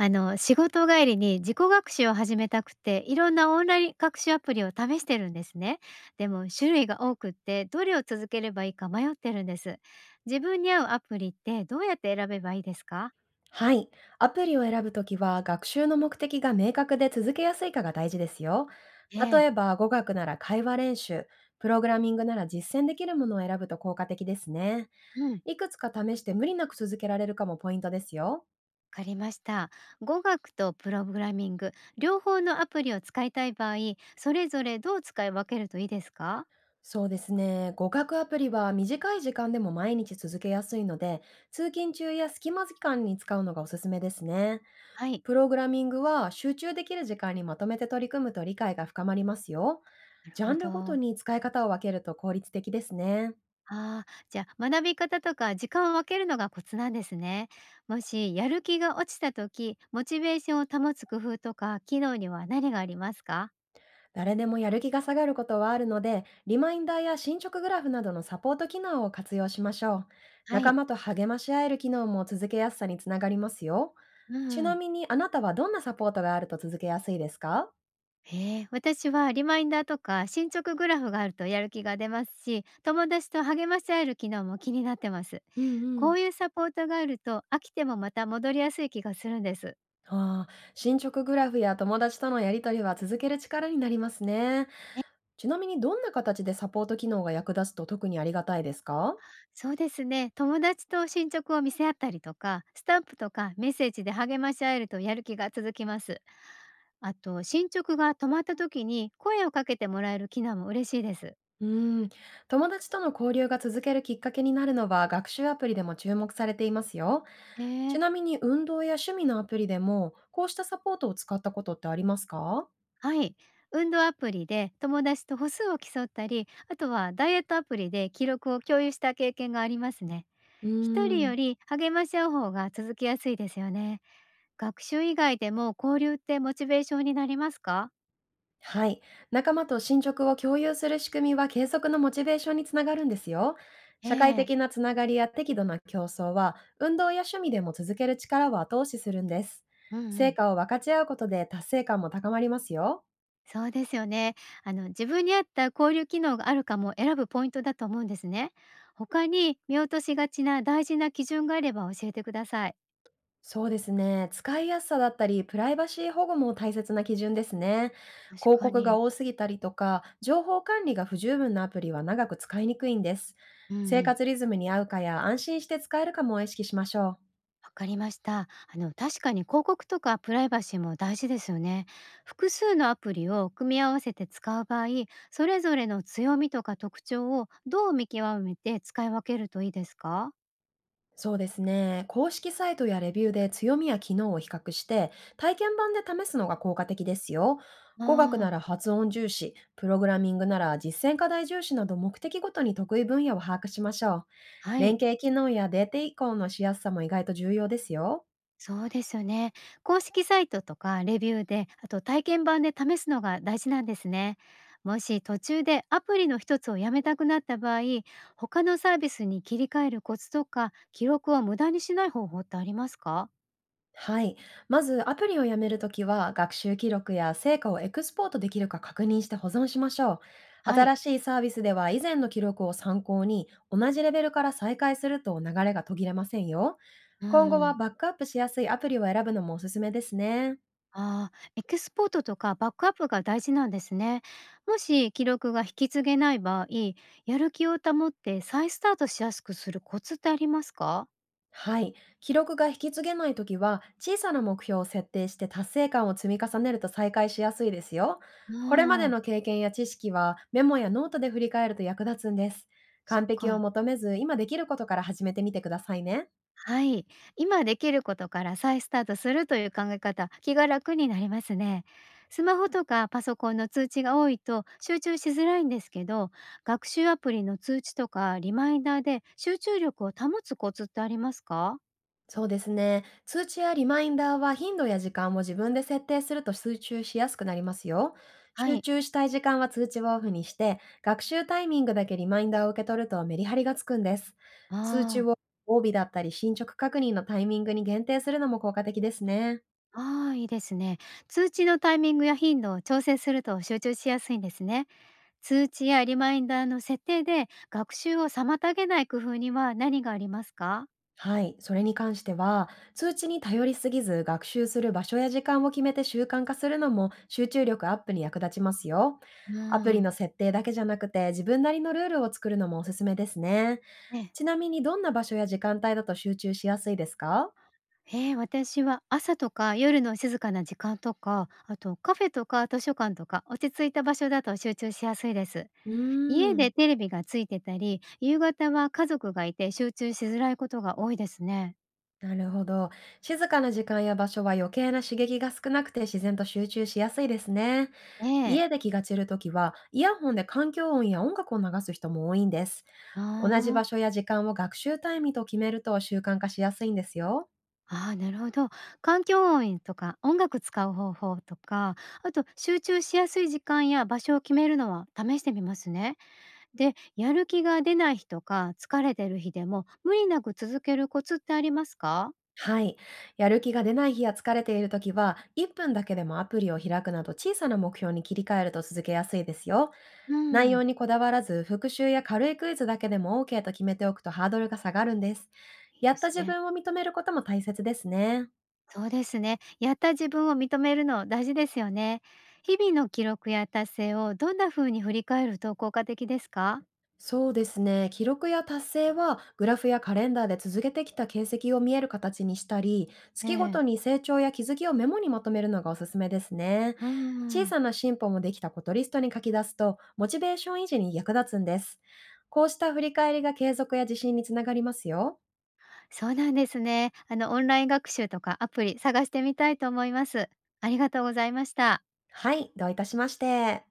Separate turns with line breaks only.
仕事帰りに自己学習を始めたくて、いろんなオンライン学習アプリを試してるんですね。でも種類が多くって、どれを続ければいいか迷ってるんです。自分に合うアプリってどうやって選べばいいですか？
はい。アプリを選ぶときは、学習の目的が明確で続けやすいかが大事ですよ。
え
例
え。
えば、語学なら会話練習、プログラミングなら実践できるものを選ぶと効果的ですね。
うん。
いくつか試して無理なく続けられるかもポイントですよ。
わかりました。語学とプログラミング、両方のアプリを使いたい場合、それぞれどう使い分けるといいですか？
そうですね。語学アプリは短い時間でも毎日続けやすいので、通勤中や隙間時間に使うのがおすすめですね。
はい。
プログラミングは集中できる時間にまとめて取り組むと理解が深まりますよ。
なる
ジャ
ほ
ンルごと
ど。
に使い方を分けると効率的ですね。
ああ、じゃあ、学び方とか時間を分けるのがコツなんですね。もしやる気が落ちた時、モチベーションを保つ工夫とか機能には何がありますか？
誰でもやる気が下がることはあるので、リマインダーや進捗グラフなどのサポート機能を活用しましょう。
は
仲
い。
間と励まし合える機能も続けやすさにつながりますよ。
う
ちな
ん。
みにあなたはどんなサポートがあると続けやすいですか？
へえ、私はリマインダーとか進捗グラフがあるとやる気が出ますし、友達と励まし合える機能も気になってます。
うんう
こ
ん。
ういうサポートがあると飽きてもまた戻りやすい気がするんです。
ああ、進捗グラフや友達とのやりとりは続ける力になりますね。ちなみにどんな形でサポート機能が役立つと特にありがたいですか？
そうですね。友達と進捗を見せ合ったりとか、スタンプとかメッセージで励まし合えるとやる気が続きます。あと、進捗が止まった時に声をかけてもらえる機能も嬉しいです。
うーん、友達との交流が続けるきっかけになるのは学習アプリでも注目されていますよ。
え
ち
ー、
なみに運動や趣味のアプリでもこうしたサポートを使ったことってありますか？
はい。運動アプリで友達と歩数を競ったり、あとはダイエットアプリで記録を共有した経験がありますね。
うー
一人よ
ん。
り励まし合う方が続きやすいですよね。学習以外でも交流ってモチベーションになりますか？
はい。仲間と進捗を共有する仕組みは継続のモチベーションにつながるんですよ。
え
社会
え。
的なつながりや適度な競争は、運動や趣味でも続ける力を後押しするんです。
うんう
成
ん。
果を分かち合うことで達成感も高まりますよ。
そうですよね。自分に合った交流機能があるかも選ぶポイントだと思うんですね。他に見落としがちな大事な基準があれば教えてください。
そうですね。使いやすさだったり、プライバシー保護も大切な基準ですね。
確
広
か
告が
に。
多すぎたりとか、情報管理が不十分なアプリは長く使いにくいんです。
うん
生
うん。
活リズムに合うかや安心して使えるかも意識しましょう。
わかりました。確かに広告とかプライバシーも大事ですよね。複数のアプリを組み合わせて使う場合、それぞれの強みとか特徴をどう見極めて使い分けるといいですか？
そうですね。公式サイトやレビューで強みや機能を比較して、体験版で試すのが効果的ですよ。語学な
ああ、
ら発音重視、プログラミングなら実践課題重視など目的ごとに得意分野を把握しましょう。
は
連
い。
携機能やデータ移行のしやすさも意外と重要ですよ。
そうですよね。公式サイトとかレビューで、あと体験版で試すのが大事なんですね。もし途中でアプリの一つをやめたくなった場合、他のサービスに切り替えるコツとか、記録を無駄にしない方法ってありますか？
はい。まず、アプリをやめるときは、学習記録や成果をエクスポートできるか確認して保存しましょう。
はい。
新しいサービスでは、以前の記録を参考に、同じレベルから再開すると流れが途切れませんよ。
う
今後は
ん。
バックアップしやすいアプリを選ぶのもおすすめですね。
ああ、エクスポートとかバックアップが大事なんですね。もし記録が引き継げない場合、やる気を保って再スタートしやすくするコツってありますか？
はい。記録が引き継げないときは、小さな目標を設定して達成感を積み重ねると再開しやすいですよ。これまで
ああ、
の経験や知識はメモやノートで振り返ると役立つんです。
そっ
完璧を
か。
求めず、今できることから始めてみてくださいね。
はい。今できることから再スタートするという考え方、気が楽になりますね。スマホとかパソコンの通知が多いと集中しづらいんですけど、学習アプリの通知とかリマインダーで集中力を保つコツってありますか？
そうですね。通知やリマインダーは頻度や時間を自分で設定すると集中しやすくなりますよ。
は
集
い。
中したい時間は通知をオフにして、学習タイミングだけリマインダーを受け取るとメリハリがつくんです。通知
あ
を帯だったり進捗確認のタイミングに限定するのも効果的ですね。
あ、ああ、いいですね。通知のタイミングや頻度を調整すると集中しやすいんですね。通知やリマインダーの設定で学習を妨げない工夫には何がありますか？
はい、それに関しては、通知に頼りすぎず学習する場所や時間を決めて習慣化するのも集中力アップに役立ちますよ。
う
アプリの
ん。
設定だけじゃなくて自分なりのルールを作るのもおすすめですね。
ね
ちなみにどんな場所や時間帯だと集中しやすいですか？
ええ、私は朝とか夜の静かな時間とか、あとカフェとか図書館とか、落ち着いた場所だと集中しやすいです。
う
家
ーん、
でテレビがついてたり、夕方は家族がいて集中しづらいことが多いですね。
なるほど。静かな時間や場所は余計な刺激が少なくて自然と集中しやすいですね。
ええ。
家で気が散るときは、イヤホンで環境音や音楽を流す人も多いんです。同じ
あ
場所
あ。
や時間を学習タイムと決めると習慣化しやすいんですよ。
ああ、なるほど。環境音とか音楽使う方法とか、あと集中しやすい時間や場所を決めるのは試してみますね。で、やる気が出ない日とか疲れてる日でも無理なく続けるコツってありますか？
はい。やる気が出ない日や疲れている時は、1分だけでもアプリを開くなど小さな目標に切り替えると続けやすいですよ。
う
内容
ん、
にこだわらず、復習や軽いクイズだけでも OK と決めておくとハードルが下がるんです。
いい
や
で
った
す
自
ね。
分を認めることも大切ですね。
そうですね。やった自分を認めるの大事ですよね。日々の記録や達成をどんな風に振り返ると効果的ですか？
そうですね。記録や達成はグラフやカレンダーで続けてきた形跡を見える形にしたり、
え
月ごと
え。
に成長や気づきをメモにまとめるのがおすすめですね。
う
小
ん、
さな進歩もできたことリストに書き出すと、モチベーション維持に役立つんです。こうした振り返りが継続や自信につながりますよ。
そうなんですね。オンライン学習とかアプリ探してみたいと思います。ありがとうございました。
はい、どういたしまして。